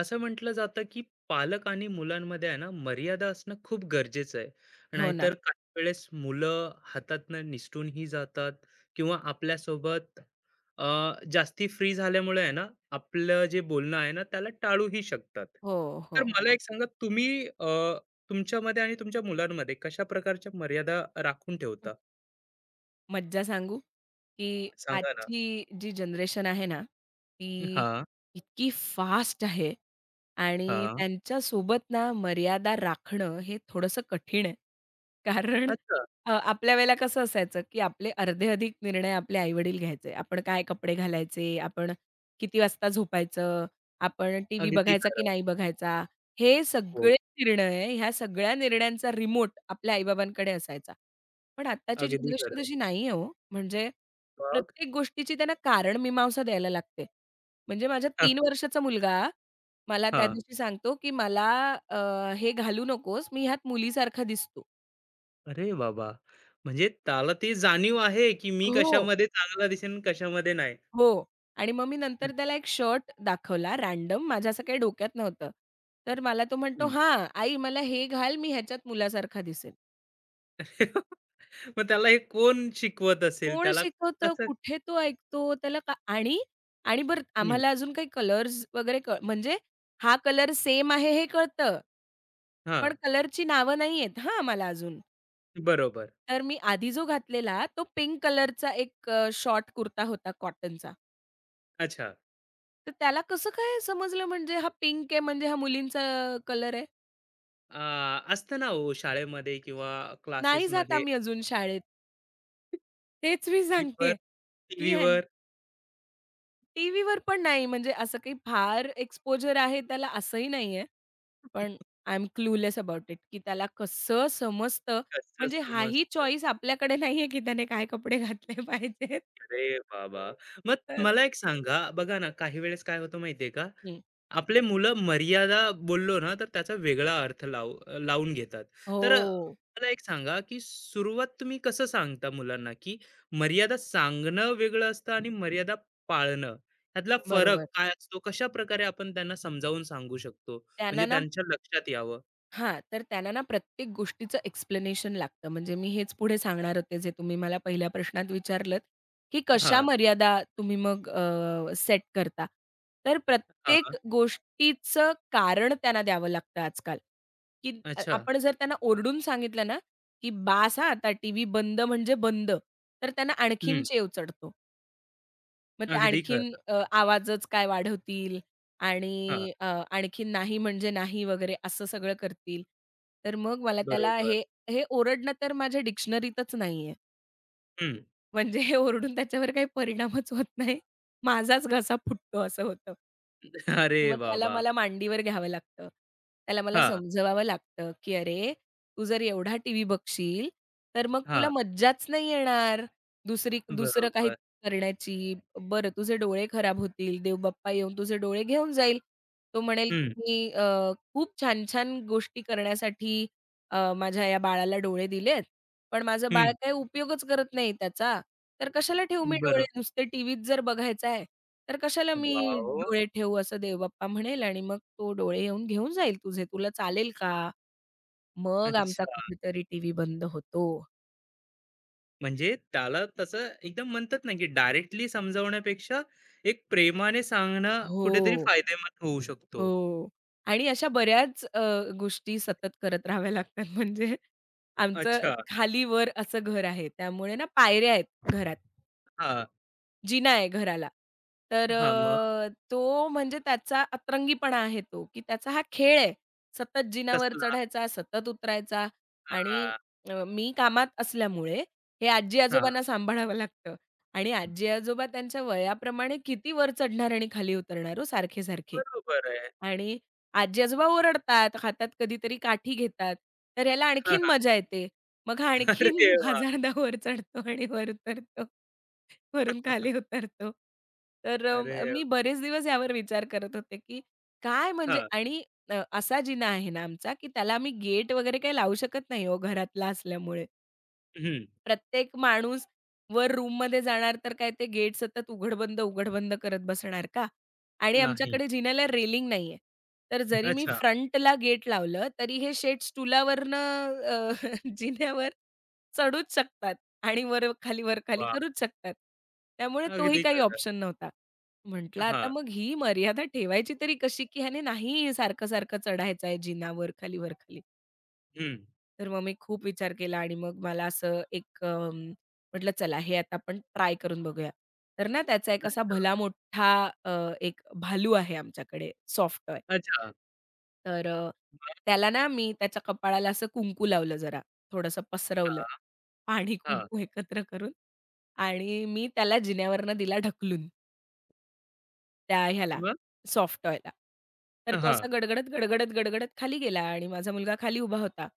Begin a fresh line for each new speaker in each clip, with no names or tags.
असं म्हटलं जातं की पालक आणि मुलांमध्ये आहे ना मर्यादा असणं खूप गरजेचं आहे.
हो ना.
नाहीतर काही वेळेस मुलं हातातनं निसटूनही जातात किंवा आपल्यासोबत अ, जास्ती फ्री झाल्यामुळे आहे ना आपलं जे बोलणं आहे ना त्याला टाळूही शकतात.
हो,
तर
हो,
मला
हो.
एक सांगा तुम्ही तुमच्यामध्ये आणि तुमच्या मुलांमध्ये कशा प्रकारच्या मर्यादा राखून
हं.
ठेवता?
मज्जा सांगू? की
सांगा ना.
आजची जी जनरेशन आहे ना, ती
हा.
इतकी फास्ट आहे आणि
हा.
त्यांच्यासोबत ना मर्यादा राखणं हे थोडंसं कठीण आहे. कारण
अच्छा.
आपल्या वेळेला कसं असायचं, की आपले अर्धे अधिक निर्णय आपले आईवडील घ्यायचे. आपण काय कपडे घालायचे, आपण किती वाजता झोपायचं, आपण टीव्ही
अगदी
बघायचा की
खरं.
नाही बघायचा, हे
हो.
सगळे निर्णय, ह्या सगळ्या निर्णयांचा रिमोट आपल्या आई असायचा. पण आत्ताची
अगदी खरं.
जनरेशन तशी नाही आहे हो. म्हणजे
मग.
प्रत्येक गोष्टीची त्यांना कारणमीमांसा द्यायला लागते. म्हणजे माझ्या
हा.
तीन वर्षाचा मुलगा मला त्या दिवशी सांगतो, की "मला अ, हे घालू नकोस, मी ह्यात मुलीसारखा दिसतो."
अरे बाबा! म्हणजे त्याला ती जाणीव आहे, की मी
हो,
कशामध्ये चांगला दिसेन, कशामध्ये नाही.
हो. आणि मग मी
हं.
नंतर त्याला एक शर्ट दाखवला रँडम, माझ्या असं काही डोक्यात नव्हतं. तर मला तो म्हणतो, "हां, आई मला हे घाल, मी ह्याच्यात मुलासारखा दिसेल."
मग त्याला हे कोण शिकवत असेल?
कोण
त्याला
शिकवतं?
कसं?
कुठे तो ऐकतो? त्याला का आणि आणि बरं
हं.
आम्हाला अजून काही कलर्स वगैरे म्हणजे हा कलर सेम आहे हे कळतं.
हां.
पण कलरची नावं नाही आहेत हां मला अजून.
बरोबर.
तर मी आधी जो घातलेला तो पिंक कलरचा एक शॉर्ट कुर्ता होता कॉटनचा.
अच्छा.
तर त्याला कसं काय समजलं म्हणजे हा पिंक आहे म्हणजे हा मुलींचा कलर आहे?
अ, असतं ना हो शाळेमध्ये किंवा
नाही जात
क्लासेसमध्ये.
आम्ही अजून शाळेत. तेच मी
टीव्हीवर.
सांगतेय, की
टीव्हीवर.
टीव्हीवर पण नाही म्हणजे असं काही फार एक्सपोजर आहे त्याला असंही नाहीये. पण I am clueless about it, की त्याला कसं समजतं
कसं
म्हणजे हाही
समजतं.
चॉईस आपल्याकडे नाहीये, की त्याने काय कपडे घातले पाहिजेत
अरे बाबा! मग
तर
मला एक सांगा, बघा ना काही वेळेस काय होतं माहिती का?
हं.
आपले मुलं मर्यादा बोललो ना, तर त्याचा वेगळा अर्थ लावून घेतात. तर
हो.
मला एक सांगा, की सुरुवात तुम्ही कसं सांगता मुलांना, की मर्यादा सांगणं वेगळं असतं आणि मर्यादा पाळणं ह्यातला फरक
बरोबर.
काय असतो? कशाप्रकारे आपण त्यांना समजावून सांगू शकतो?
त्यांना
म्हणजे
ना
त्यांच्या लक्षात यावं?
हां, तर त्यांना ना प्रत्येक गोष्टीचं एक्सप्लेनेशन लागतं. म्हणजे मी हेच पुढे सांगणार होते, जे तुम्ही मला पहिल्या प्रश्नात विचारलत, की कशा
हां.
मर्यादा तुम्ही मग सेट करता. तर
हां.
प्रत्येक गोष्टीचं कारण त्यांना द्यावं लागतं आजकाल, की
अच्छा.
आपण जर त्यांना ओरडून सांगितलं ना, की "बास हां, आता टीव्ही बंद म्हणजे बंद." तर त्यांना आणखीन
हं.
चेव चढतो. मग ते
अगदी
आणखीन
खरं.
आवाजच काय वाढवतील
हां,
आणि आणखीन नाही म्हणजे नाही वगैरे असं सगळं करतील. तर मग मला त्याला
बरोबर.
हे हे ओरडणं तर माझ्या डिक्शनरीतच नाहीये.
हं.
म्हणजे हे ओरडून त्याच्यावर काही परिणामच होत नाही. माझाच घसा फुटतो असं होतं.
अरे
मग त्याला
बाबा!
मला मांडीवर घ्यावं लागतं. त्याला मला
हां.
समजवावं लागतं, की "अरे, तू जर एवढा टीव्ही बघशील, तर मग तुला
हां.
मज्जाच नाही येणार. दुसरं काही
बरोबर.
करण्याची. बरं, तुझे डोळे खराब होतील. देवबाप्पा येऊन तुझे डोळे घेऊन जाईल." तो म्हणेल,
हं.
की मी खूप छान-छान गोष्टी करण्यासाठी माझ्या या बाळाला डोळे दिलेत, पण माझं बाळ
हं.
काही उपयोगच करत नाही त्याचा." तर कशाला ठेवू मी डोळे
बरो
नुसते टीव्हीत जर बघायचं आहे, तर कशाला मी
वॉव!
डोळे ठेवू असं देवबाप्पा म्हणेल आणि मग तो डोळे येऊन घेऊन जाईल तुझे. तुला चालेल का? मग हं. आमचा कुठेतरी टीव्ही बंद होतो.
म्हणजे त्याला तसं एकदम म्हणतात ना, की डायरेक्टली समजावण्यापेक्षा एक प्रेमाने सांगणं कुठेतरी
हो,
फायदेमंद होऊ शकतो.
हो. आणि अशा बऱ्याच गोष्टी सतत करत राहाव्या लागतात. म्हणजे आमचं
अच्छा.
खाली-वर असं घर आहे. त्यामुळे ना पायऱ्या आहेत घरात.
हां.
जिना आहे घराला. तर
हां. मग.
तो म्हणजे त्याचा अतरंगीपणा आहे तो, की त्याचा हा खेळ आहे. सतत जिनावर
तसला.
चढायचा, सतत उतरायचा आणि
हां.
मी कामात असल्यामुळे हे
हां.
आजी-आजोबांना सांभाळावं लागतं आणि आजी-आजोबा त्यांच्या वयाप्रमाणे किती वर चढणार आणि खाली उतरणार हो सारखे-सारखे.
बरोबर आहे.
आणि आजी-आजोबा ओरडतात, हातात कधीतरी काठी घेतात, तर ह्याला आणखीन
हा.
मजा येते. मग आणखीन
अरे वाह!
1000दा वर चढतो आणि वर उतरतो. वरून खाली उतरतो. तर
अरे.
मी बरेच दिवस यावर विचार करत होते, की काय म्हणजे
हां.
आणि असा जिना आहे ना आमचा, की त्याला आम्ही गेट वगैरे काही लावू शकत नाही हो घरातला असल्यामुळे.
हं.
प्रत्येक माणूस वर रूममध्ये जाणार तर काय ते गेट सतत उघड-बंद, उघड-बंद करत बसणार का? आणि
नाही.
आमच्याकडे जिन्याला रेलिंग नाहीये. तर जरी मी
अच्छा.
फ्रंटला गेट लावलं, तरी हे शेड स्टुलावरनं जिन्यावर चढूच शकतात आणि वर-खाली, वर-खाली
वाह!
करूच शकतात. त्यामुळे तोही
अगदी
काही
खरं.
ऑप्शन नव्हता. म्हटलं आता
हां.
मग ही मर्यादा ठेवायची तरी कशी, की ह्याने नाही सारखं-सारखं चढायचं आहे जिना वर-खाली, वर-खाली.
हं.
तर मग मी खूप विचार केला आणि मग मला असं एक म्हटलं चला हे आता आपण ट्राय करून बघूया. तर ना त्याचा एक असा भला मोठा अ, एक भालू आहे आमच्याकडे सॉफ्ट
अच्छा.
तर
मग.
त्याला ना मी त्याच्या कपाळाला असं कुंकू लावलं जरा, थोडंसं पसरवलं.
हां.
पाणी,
हां.
कुंकू एकत्र करून आणि मी त्याला जिन्यावरनं दिला ढकलून त्या ह्याला
मग?
सॉफ्ट टॉयला. तर तो
हां.
असा गडगडत, गडगडत, गडगडत खाली गेला आणि माझा मुलगा खाली उभा होता.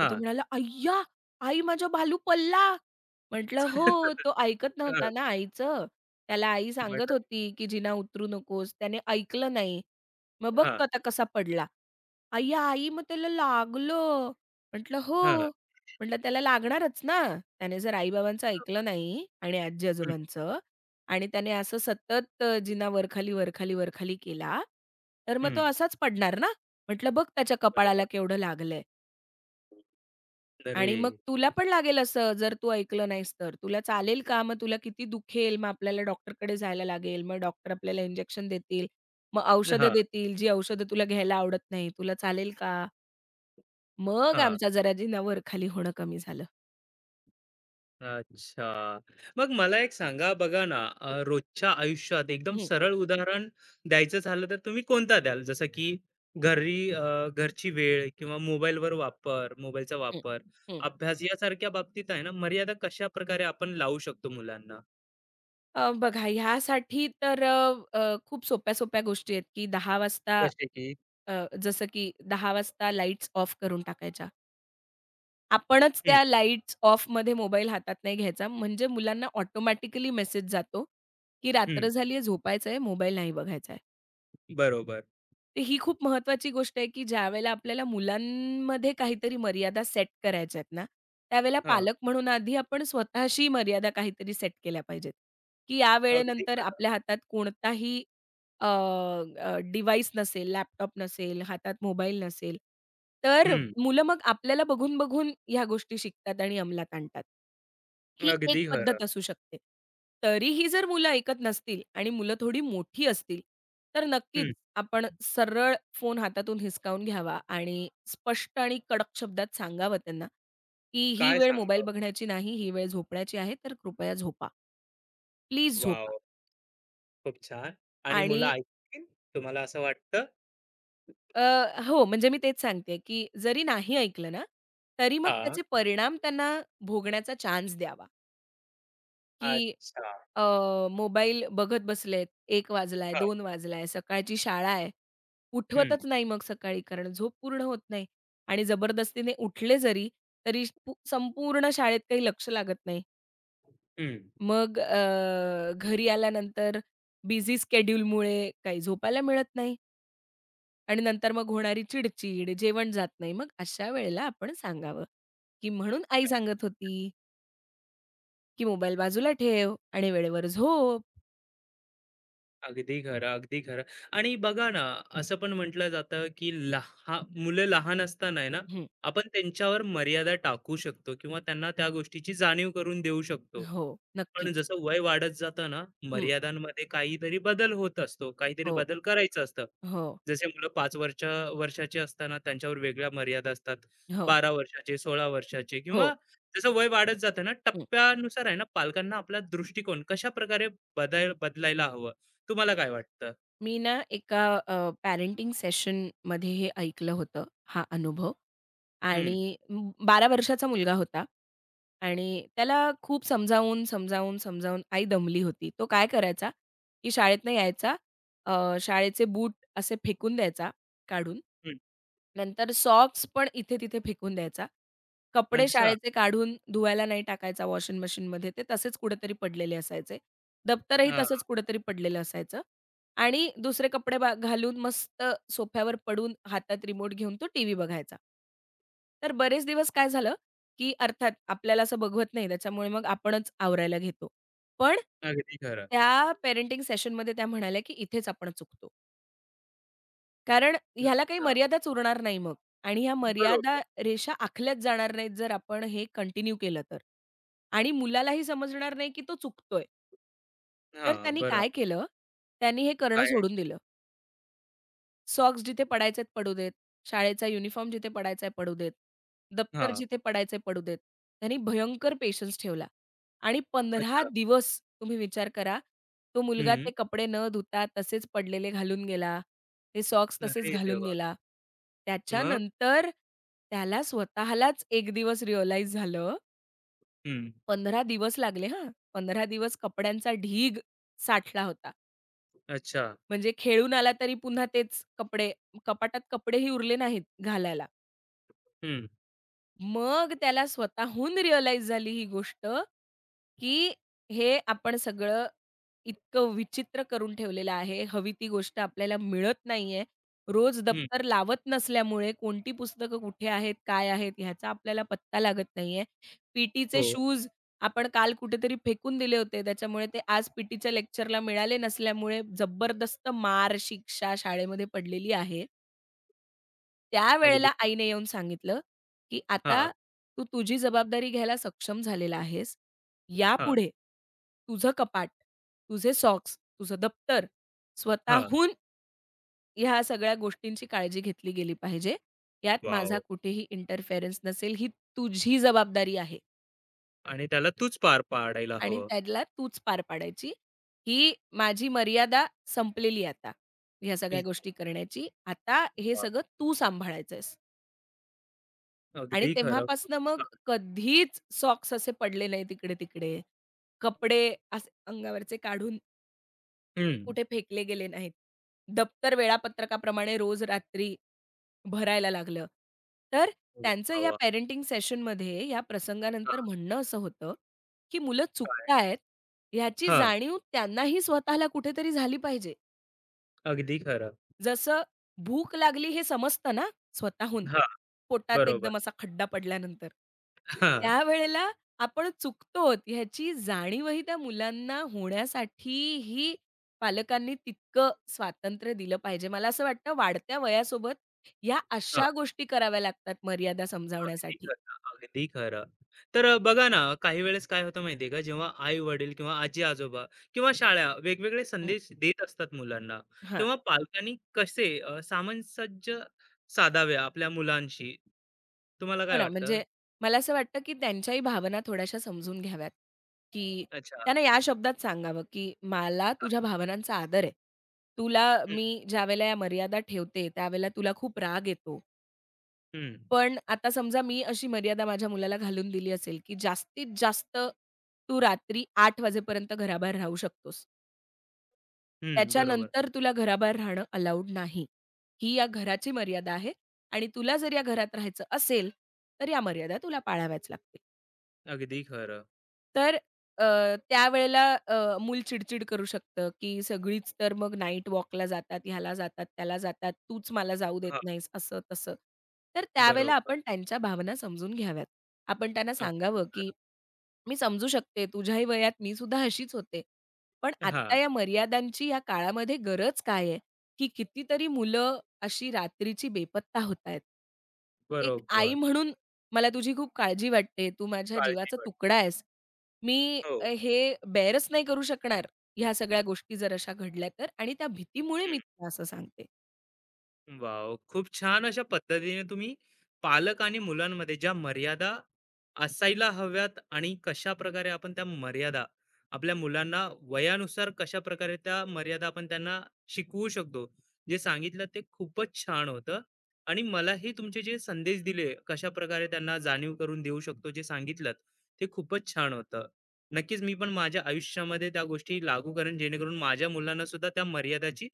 तर तो
हां.
म्हणाला, "अय्या! आई माझा भालू पळला!" म्हटलं, "हो, तो ऐकत नव्हता ना आईचं. त्याला आई सांगत
मग?
होती, की जिना उतरू नकोस. त्याने ऐकलं नाही. मग बघ
हां.
आता कसा पडला." आई, आई, मग त्याला लागलं. म्हटलं, "हो."
हां.
म्हटलं, "त्याला लागणारच ना. त्याने जर आई-बाबांचं ऐकलं नाही आणि
हं.
आजी-आजोबांचं आणि त्याने असं सतत जिना वरखाली, वरखाली, वरखाली केला, तर मग तो
हं.
असाच पडणार ना." म्हटलं, "बघ त्याच्या कपाळाला
बरोबर.
केवढं लागलंय
अरे!
आणि मग तुला पण लागेल असं जर तू ऐकलं नाहीस तर. तुला चालेल का? मग तुला किती दुखेल? मग आपल्याला डॉक्टरकडे जायला लागेल. मग डॉक्टर आपल्याला इंजेक्शन देतील. मग औषधं
हां.
देतील, जी औषधं तुला घ्यायला आवडत नाही. तुला चालेल का?" मग
हां.
आमच्या जरा जिना खाली होणं कमी झालं.
अच्छा. मग मला एक सांगा बघा ना, रोजच्या आयुष्यात एकदम
हं,
सरळ उदाहरण द्यायचं झालं तर तुम्ही कोणता द्याल? जसं की घरी घरची वेळ किंवा मोबाईलवर वापर, मोबाईलचा
हं,
वापर,
हं.
अभ्यास यासारख्या बाबतीत आहे ना, मर्यादा कशाप्रकारे आपण लावू शकतो मुलांना?
बघा ह्यासाठी तर अ, अ, खूप सोप्या-सोप्या गोष्टी आहेत, की 10 वाजता
जसे की.
अ, जसं की 10 वाजता लाईट्स ऑफ करून टाकायच्या. आपणच
हं.
त्या लाईट्स ऑफमध्ये मोबाईल हातात नाही घ्यायचा. म्हणजे मुलांना ऑटोमॅटिकली मेसेज जातो, की
हं.
रात्र झाली आहे, झोपायचं आहे, मोबाईल नाही बघायचा आहे.
बरोबर.
तर ही खूप महत्वाची गोष्ट आहे, की ज्यावेळेला आपल्याला मुलांमध्ये काहीतरी मर्यादा सेट करायच्या आहेत ना, त्यावेळेला
हां.
पालक म्हणून आधी आपण स्वतःशी मर्यादा काहीतरी सेट केल्या पाहिजेत, की या
अगदी
वेळेनंतर
खरं.
आपल्या हातात कोणताही डिव्हाइस नसेल, लॅपटॉप नसेल, हातात मोबाईल नसेल. तर
हं.
मुलं मग आपल्याला बघून, बघून ह्या गोष्टी शिकतात आणि अंमलात आणतात. ही एक
अगदी खरं.
पद्धत असू शकते. तरीही जर मुलं ऐकत नसतील आणि मुलं थोडी मोठी असतील, तर नक्कीच
हं.
आपण सरळ फोन हातातून हिसकावून घ्यावा आणि स्पष्ट आणि कडक शब्दात सांगावं त्यांना, की "ही
काय
वेळ मोबाईल
सांगावं?
बघण्याची नाही, ही वेळ झोपण्याची आहे, तर कृपया झोपा. प्लीज झोपा."
वॉव! खूप छान. आणि
आणि
मुलं ऐकतील तुम्हाला असं वाटतं?
अ, हो, म्हणजे मी तेच सांगतेय, की जरी नाही ऐकलं ना, तरी मग
हां.
त्याचे परिणाम त्यांना भोगण्याचा चान्स द्यावा. की
अच्छा.
अ, मोबाईल बघत बसलेत, एक वाजलाय,
हां.
दोन वाजलाय, सकाळची शाळा आहे.
हं.
उठवतच नाही मग सकाळी कारण झोप पूर्ण होत नाही आणि जबरदस्तीने उठले जरी, तरी संपूर्ण शाळेत काही लक्ष लागत नाही.
हं.
मग घरी आल्यानंतर बिझी स्केड्यूलमुळे काही झोपायला मिळत नाही आणि नंतर मग होणारी चिडचिड, जेवण जात नाही. मग अशा वेळेला आपण सांगावं, की म्हणून आई सांगत होती, की "मोबाईल बाजूला ठेव आणि वेळेवर झोप."
अगदी खरं, अगदी खरं. आणि बघा ना, असं पण म्हटलं जातं, की लहा मुलं लहान असताना आहे ना, आपण त्यांच्यावर मर्यादा टाकू शकतो किंवा त्यांना त्या गोष्टीची जाणीव करून देऊ शकतो.
हो,
पण
नक्कीच.
जसं वय वाढत जातं ना,
हं.
मर्यादांमध्ये काहीतरी बदल होत असतो, काहीतरी
हो,
बदल करायचं असतं.
हो,
जसे मुलं 5 वर्षाची असताना त्यांच्यावर वेगळ्या मर्यादा असतात.
हो, हो,
12 वर्षाचे, 16 वर्षाचे
हो.
किंवा जसं वय वाढत जातं ना, टप्प्यानुसार आहे ना, पालकांना आपला दृष्टिकोन कशाप्रकारे बदलायला हवं? तुम्हाला काय वाटतं?
मी ना एका सेशनमध्ये हे ऐकलं होतं, हा अनुभव
हं.
आणि 12 वर्षाचा मुलगा होता आणि त्याला खूप समजावून, समजावून, समजावून आई दमली होती. तो काय करायचा, की शाळेतनं यायचा, शाळेचे बूट असे फेकून द्यायचा काढून.
हं.
नंतर सॉक्स पण इथे-तिथे फेकून द्यायचा. कपडे
अच्छा.
शाळेचे काढून धुवायला नाही टाकायचा वॉशिंग मशीनमध्ये. ते तसेच कुठेतरी पडलेले असायचे. दप्तरही
हां,
तसंच कुठेतरी पडलेलं असायचं. आणि दुसरे कपडे घालून मस्त सोफ्यावर पडून हातात रिमोट घेऊन तो टीव्ही बघायचा. तर बरेच दिवस काय झालं, की अर्थात आपल्याला असं बघवत नाही त्याच्यामुळे मग आपणच आवरायला घेतो. पण
अगदी खरं.
त्या पेरेंटिंग सेशनमध्ये त्या म्हणाल्या, की इथेच आपण चुकतो. कारण ह्याला काही
अच्छा.
मर्यादाच उरणार नाही मग आणि ह्या मर्यादा
बरोबर.
रेषा आखल्याच जाणार नाहीत जर आपण हे कंटिन्यू केलं तर. आणि मुलालाही समजणार नाही, की तो चुकतोय. तर
हां,
त्यांनी काय
बरोबर.
केलं, त्यांनी हे करणं
काय?
सोडून दिलं. सॉक्स जिथे पडायचे आहेत पडू देत. शाळेचा युनिफॉर्म जिथे पडायचा आहे पडू देत. दप्तर
हां.
जिथे पडायचं पडू देत. त्यांनी भयंकर पेशन्स ठेवला आणि 15
अच्छा.
दिवस तुम्ही विचार करा, तो मुलगा
हं.
ते कपडे न धुता तसेच पडलेले घालून गेला. ते सॉक्स तसेच
अरे
घालून
देवा!
गेला.
मग?
त्याच्यानंतर त्याला स्वतःलाच एक दिवस रिअलाईज झालं
हं.
15 दिवस लागले हां. 15 दिवस कपड्यांचा ढीग साठला होता.
अच्छा.
म्हणजे खेळून आला तरी पुन्हा तेच कपडे, कपाटात कपडेही उरले नाहीत घालायला.
हं.
मग त्याला स्वतःहून रिअलाईज झाली ही गोष्ट, की हे आपण सगळं इतकं विचित्र करून ठेवलेलं आहे. हवी ती गोष्ट आपल्याला मिळत नाहीये. रोज
हं.
दप्तर लावत नसल्यामुळे कोणती पुस्तकं कुठे आहेत, काय आहेत ह्याचा आपल्याला पत्ता लागत नाहीये. पीटीचे
हो,
शूज आपण काल कुठेतरी फेकून दिले होते. त्याच्यामुळे ते आज पीटीच्या लेक्चरला मिळाले नसल्यामुळे जबरदस्त मार, शिक्षा शाळेमध्ये पडलेली आहे.
अगदी.
त्यावेळेला आईने येऊन सांगितलं, की
हां.
"आता तू तुझी जबाबदारी घ्यायला सक्षम झालेला आहेस.
हां.
यापुढे तुझं कपाट, तुझे सॉक्स, तुझं दप्तर
हां.
स्वतःहून ह्या सगळ्या गोष्टींची काळजी घेतली गेली पाहिजे. यात माझा
वॉव!
कुठेही इंटरफेरन्स नसेल. ही तुझी जबाबदारी आहे
आणि त्याला तूच पार पाडायला
आणि
हवं.
त्याला तूच पार पाडायची. ही माझी मर्यादा संपलेली आता. ह्या सगळ्या
इथे.
गोष्टी करण्याची. आता हे
वाह!
सगळं तू सांभाळायचंस." आणि
अगदी खरं. खूप
तेव्हापासनं मग
छान.
कधीच सॉक्स असे पडले नाहीत इकडे-तिकडे. कपडे असे अंगावरचे काढून
हं.
कुठे फेकले गेले नाहीत. दप्तर वेळापत्रकाप्रमाणे रोज रात्री भरायला लागलं. तर त्यांचं
वाह,
या
वाह!
पॅरेंटिंग सेशनमध्ये या प्रसंगानंतर
हां.
म्हणणं असं होतं, की मुलं
काय?
चुकतायत ह्याची
हां,
जाणीव त्यांनाही स्वतःला कुठेतरी झाली पाहिजे.
अगदी खरं.
जसं भूक लागली हे समजतं ना स्वतःहून,
हां,
पोटात
बरोबर.
एकदम असा खड्डा पडल्यानंतर.
हां.
त्यावेळेला आपण चुकतोत ह्याची जाणीवही त्या मुलांना होण्यासाठीही पालकांनी तितकं स्वातंत्र्य दिलं पाहिजे. मला असं वाटतं वाढत्या वयासोबत या
हां.
अशा गोष्टी कराव्या लागतात मर्यादा
अगदी
समजावण्यासाठी.
खरं, अगदी खरं. तर बघा ना, काही वेळेस काय होतं माहिती आहे का, जेव्हा आई-वडील किंवा आजी-आजोबा किंवा शाळा वेगवेगळे
हं,
संदेश देत असतात मुलांना,
हां.
तेव्हा पालकांनी कसे सामंजस्य साधावे आपल्या मुलांशी? तुम्हाला
हो
काय
ना,
वाटतं?
म्हणजे मला असं वाटतं, की त्यांच्याही भावना थोड्याशा समजून घ्याव्यात, की
अच्छा.
त्यांना या शब्दात सांगावं, की "मला
हां.
तुझ्या भावनांचा आदर आहे. तुला
हं.
मी ज्यावेळेला या मर्यादा ठेवते, त्यावेळेला तुला खूप राग येतो.
हं.
पण आता समजा मी अशी मर्यादा माझ्या मुलाला घालून दिली असेल, की जास्तीत जास्त तू रात्री 8:00 वाजेपर्यंत घराबाहेर राहू शकतोस.
हं. बरोबर.
त्याच्यानंतर तुला घराबाहेर राहणं अलाउड नाही. ही या घराची मर्यादा आहे आणि तुला जर या घरात राहायचं असेल, तर या मर्यादा तुला पाळाव्याच लागतील."
अगदी खरं.
तर अ, त्यावेळेला अ, मूल चिड करू शकतं, की सगळीच तर मग नाईट वॉकला जातात, ह्याला जातात, त्याला जातात, तूच मला जाऊ देत
हां,
नाहीस, असं तसं. तर त्यावेळेला
बरोबर.
आपण त्यांच्या भावना समजून घ्याव्यात. आपण त्यांना
अगदी
सांगावं, की
खरं.
"मी समजू शकते, तुझ्याही वयात मी सुद्धा अशीच होते. पण आत्ता
हां,
या मर्यादांची या काळामध्ये गरज काय आहे?" की कितीतरी मुलं अशी रात्रीची बेपत्ता होतायत. एक आई
बरोबर.
म्हणून मला तुझी खूप काळजी वाटते. तू माझ्या
काळजी
जीवाचा तुकडा
वाटते.
आहेस. मी
हो.
हे बेअरच नाही करू शकणार, ह्या सगळ्या गोष्टी जर अशा घडल्या तर आणि त्या भीतीमुळे मी तुला असं सांगते.
वॉव! खूप छान अशा पद्धतीने तुम्ही पालक आणि मुलांमध्ये ज्या मर्यादा असायला हव्यात आणि कशाप्रकारे आपण त्या मर्यादा आपल्या मुलांना वयानुसार कशाप्रकारे त्या मर्यादा आपण त्यांना शिकवू शकतो. जे सांगितलं ते खूपच छान होतं आणि मलाही तुमचे जे संदेश दिले कशाप्रकारे त्यांना जाणीव करून देऊ शकतो जे सांगितलत ते खूपच छान होतं. नक्कीच मी पण माझ्या आयुष्यामध्ये त्या गोष्टी लागू करेन जेणेकरून माझ्या मुलांना सुद्धा त्या मर्यादाची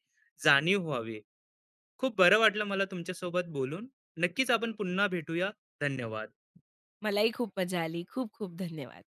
जाणीव व्हावी. खूप बरं वाटलं मला तुमच्यासोबत बोलून. नक्कीच आपण पुन्हा भेटूया. धन्यवाद.
मलाही खूप मजा आली. खूप खूप धन्यवाद.